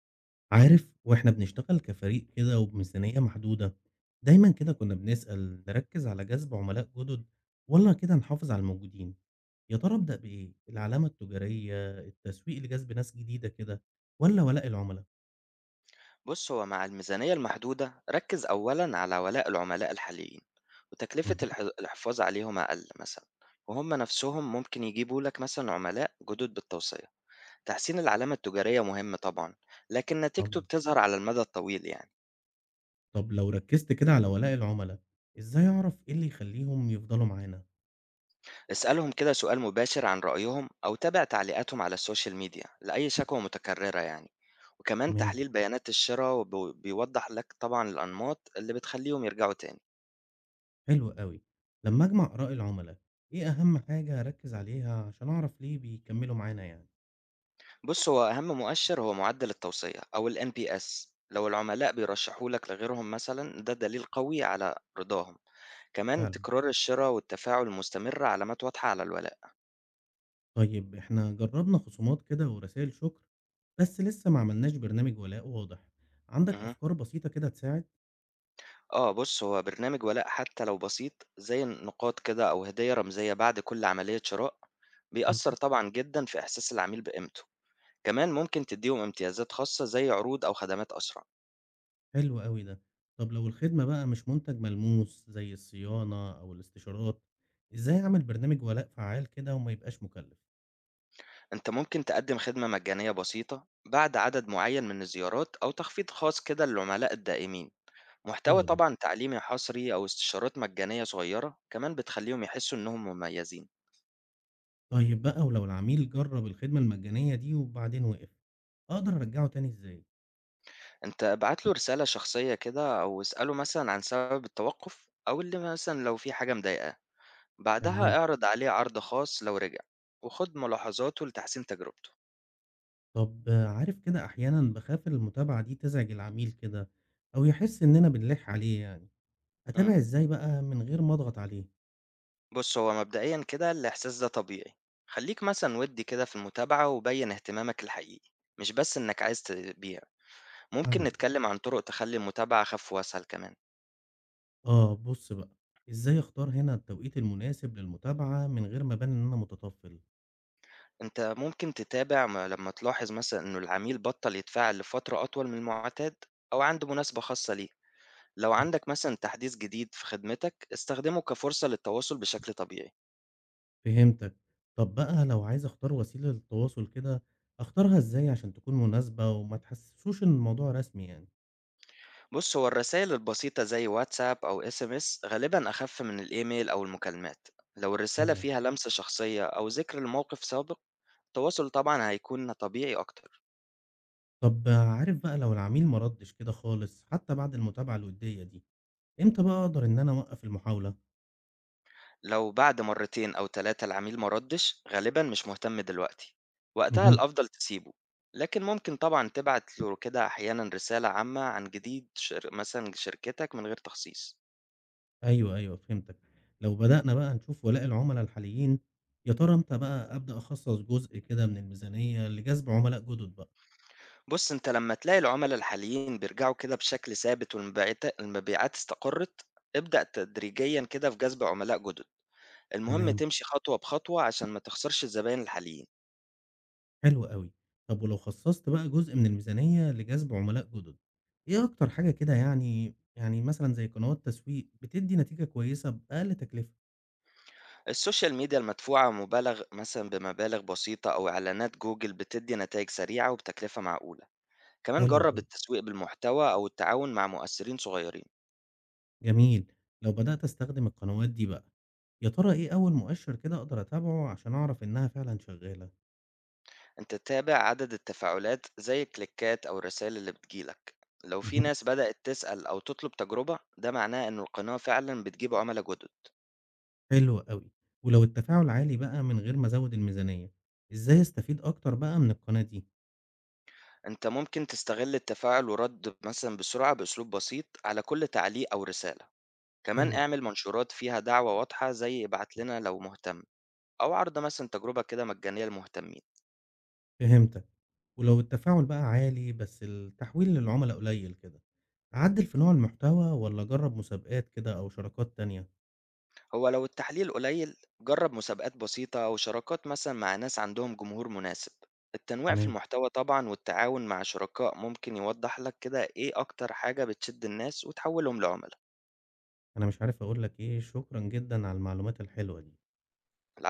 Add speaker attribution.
Speaker 1: عارف، واحنا بنشتغل كفريق كده وبميزانية محدودة، دايما كده كنا بنسأل نركز على جذب عملاء جدد، ولا كده نحافظ على الموجودين؟ يا ترى أبدأ بإيه؟ العلامة التجارية، التسويق لجذب ناس جديدة كده، ولا ولاء العملاء؟
Speaker 2: بص هو مع الميزانية المحدودة ركز أولا على ولاء العملاء الحاليين، وتكلفة
Speaker 1: مهم.
Speaker 2: الحفاظ عليهم أقل مثلا. وهم نفسهم ممكن يجيبوا لك مثلا عملاء جدد بالتوصية. تحسين العلامة التجارية مهم طبعا، لكن
Speaker 1: طب
Speaker 2: نتيجته بتظهر على المدى الطويل يعني.
Speaker 1: طب لو ركزت كده على ولاء العملاء، إزاي أعرف إيه اللي يخليهم يفضلوا معانا؟
Speaker 2: اسألهم كده سؤال مباشر عن رأيهم أو تابع تعليقاتهم على السوشيال ميديا لأي شكوى متكررة يعني. وكمان
Speaker 1: تمام،
Speaker 2: تحليل بيانات الشراء بيوضح لك طبعا الأنماط اللي بتخليهم يرجعوا تاني.
Speaker 1: حلو قوي. لما أجمع آراء العملاء، إيه أهم حاجة أركز عليها عشان أعرف ليه بيكملوا معانا يعني؟
Speaker 2: بُص، هو أهم مؤشر هو معدل التوصية أو الNPS لو العملاء بيرشحوا لك لغيرهم مثلًا، ده دليل قوي على رضاهم. كمان
Speaker 1: فعلا.
Speaker 2: تكرار الشِرا والتفاعل المستمر علامات واضحة على الولاء.
Speaker 1: طيب، إحنا جربنا خصومات كده ورسائل شكر، بس لسه ما عملناش برنامج ولاء واضح. عندك
Speaker 2: اهم.
Speaker 1: أفكار بسيطة كده تساعد؟
Speaker 2: آه، بُص، هو برنامج ولاء حتى لو بسيط زي النقاط كده أو هدية رمزية بعد كل عملية شراء،
Speaker 1: مم.
Speaker 2: بيأثّر طبعًا جدًا في إحساس العميل بقيمته. كمان ممكن تدّيهم امتيازات خاصة زي عروض أو خدمات أسرع.
Speaker 1: حلو قوي ده. طب لو الخدمة بقى مش منتج ملموس زي الصيانة أو الاستشارات، إزاي أعمل برنامج ولاء فعال كده وما يبقاش مكلف؟
Speaker 2: أنت ممكن تقدم خدمة مجانية بسيطة بعد عدد معين من الزيارات أو تخفيض خاص كده للعملاء الدائمين. محتوى
Speaker 1: حلو ده.
Speaker 2: طبعا تعليمي حصري أو استشارات مجانية صغيرة كمان بتخليهم يحسوا إنهم مميزين.
Speaker 1: طيب بقى، ولو العميل جرب الخدمة المجانية دي وبعدين وقف، أقدر أرجعه تاني إزاي؟
Speaker 2: أنت ابعت له رسالة شخصية كده أو اسأله مثلا عن سبب التوقف أو اللي مثلا لو في حاجة مضايقاه. بعدها
Speaker 1: تمام.
Speaker 2: اعرض عليه عرض خاص لو رجع. وخد ملاحظاته لتحسين تجربته.
Speaker 1: طب آه، عارف كده أحيانا بخاف المتابعة دي تزعج العميل كده، أو يحس إننا بنلح عليه يعني.
Speaker 2: مم.
Speaker 1: أتابع إزاي بقى من غير ما أضغط عليه؟
Speaker 2: بص هو مبدئيا كده الإحساس ده طبيعي. خليك مثلا ودي كده في المتابعة وبين اهتمامك الحقيقي، مش بس إنك عايز تبيع. ممكن
Speaker 1: فاهمك.
Speaker 2: نتكلم عن طرق تخلي المتابعة أخف وأسهل كمان.
Speaker 1: آه بُص بقى، إزاي أختار هنا التوقيت المناسب للمتابعة من غير ما أبان إن أنا متطفل؟
Speaker 2: أنت ممكن تتابع لما تلاحظ مثلا إنه العميل بطل يتفاعل لفترة أطول من المعتاد أو عنده مناسبة خاصة ليه. لو
Speaker 1: مم.
Speaker 2: عندك مثلا تحديث جديد في خدمتك استخدمه كفرصة للتواصل بشكل طبيعي.
Speaker 1: فهمتك، طب بقى لو عايز أختار وسيلة للتواصل كده، أختارها إزاي عشان تكون مناسبة وما تحسسوش إن الموضوع رسمي يعني؟
Speaker 2: بص هو الرسائل البسيطة زي واتساب أو اس ام اس غالبا أخف من الإيميل أو المكالمات. لو الرسالة
Speaker 1: فعلا.
Speaker 2: فيها لمسة شخصية أو ذكر لموقف سابق، التواصل طبعا هيكون طبيعي أكتر.
Speaker 1: طب عارف بقى، لو العميل ما ردش كده خالص حتى بعد المتابعة الودية دي، إمتى بقى أقدر إن أنا أوقف المحاولة؟
Speaker 2: لو بعد مرتين أو ثلاثة العميل مردش غالبا مش مهتم دلوقتي، وقتها
Speaker 1: مهم.
Speaker 2: الأفضل تسيبه. لكن ممكن طبعا تبعت له كده أحيانا رسالة عامة عن جديد مثلا شركتك من غير تخصيص.
Speaker 1: أيوه، أيوه فهمتك. لو بدأنا بقى نشوف ولاء العُملا الحاليين، يا ترى إمتى بقى أبدأ أخصّص جزء كده من الميزانية لجذب عُملاء جُدد بقى؟
Speaker 2: بُص، أنت لمّا تلاقي العُملا الحاليين بيرجعوا كده بشكل ثابت والمبيعات استقرّت، ابدأ تدريجيًا كده في جذب عُملاء جُدد. المهم
Speaker 1: تمام.
Speaker 2: تمشي خطوة بخطوة عشان ما تخسرش الزباين الحاليين.
Speaker 1: حلو أوي. طب ولو خصّصت بقى جزء من الميزانية لجذب عُملاء جُدد، إيه أكتر حاجة كده يعني مثلًا زي قنوات تسويق بتدّي نتيجة كويسة بأقل تكلفة؟
Speaker 2: السوشيال ميديا المدفوعة مبالغ مثلًا بمبالغ بسيطة أو إعلانات جوجل بتدّي نتايج سريعة وبتكلفة معقولة. كمان
Speaker 1: حلو
Speaker 2: جرّب
Speaker 1: أوي،
Speaker 2: التسويق بالمحتوى أو التعاون مع مؤثرين صغيرين.
Speaker 1: جميل. لو بدأت أستخدم القنوات دي بقى، يا ترى إيه أول مؤشر كده أقدر أتابعه عشان أعرف إنها فعلًا شغّالة؟
Speaker 2: أنت تتابع عدد التفاعلات زي الكليكات أو الرسائل اللي بتجيلك. لو في
Speaker 1: اهم.
Speaker 2: ناس بدأت تسأل أو تطلب تجربة ده معناه إن القناة فعلا بتجيب عملاء جدد.
Speaker 1: حلو أوي. ولو التفاعل عالي بقى من غير ما أزوّد الميزانية، إزاي أستفيد أكتر بقى من القناة دي؟
Speaker 2: أنت ممكن تستغل التفاعل ورد مثلا بسرعة بأسلوب بسيط على كل تعليق أو رسالة. كمان
Speaker 1: حلو أوي،
Speaker 2: اعمل منشورات فيها دعوة واضحة زي ابعت لنا لو مهتم، أو عرض مثلا تجربة كده مجانية للمهتمين.
Speaker 1: فهمتك. ولو التفاعل بقى عالي بس التحويل للعملا قليل كده، أعدّل في نوع المحتوى والّا أجرّب مسابقات كده أو شراكات تانية؟
Speaker 2: هو لو التحليل قليل جرب مسابقات بسيطة أو شراكات مثلا مع ناس عندهم جمهور مناسب. التنويع في
Speaker 1: تمام.
Speaker 2: المحتوى طبعا والتعاون مع شركاء ممكن يوضح لك كده إيه أكتر حاجة بتشد الناس وتحولهم لعملاء.
Speaker 1: أنا مش عارف أقول لك إيه، شكرًا جدًا على المعلومات الحلوة دي.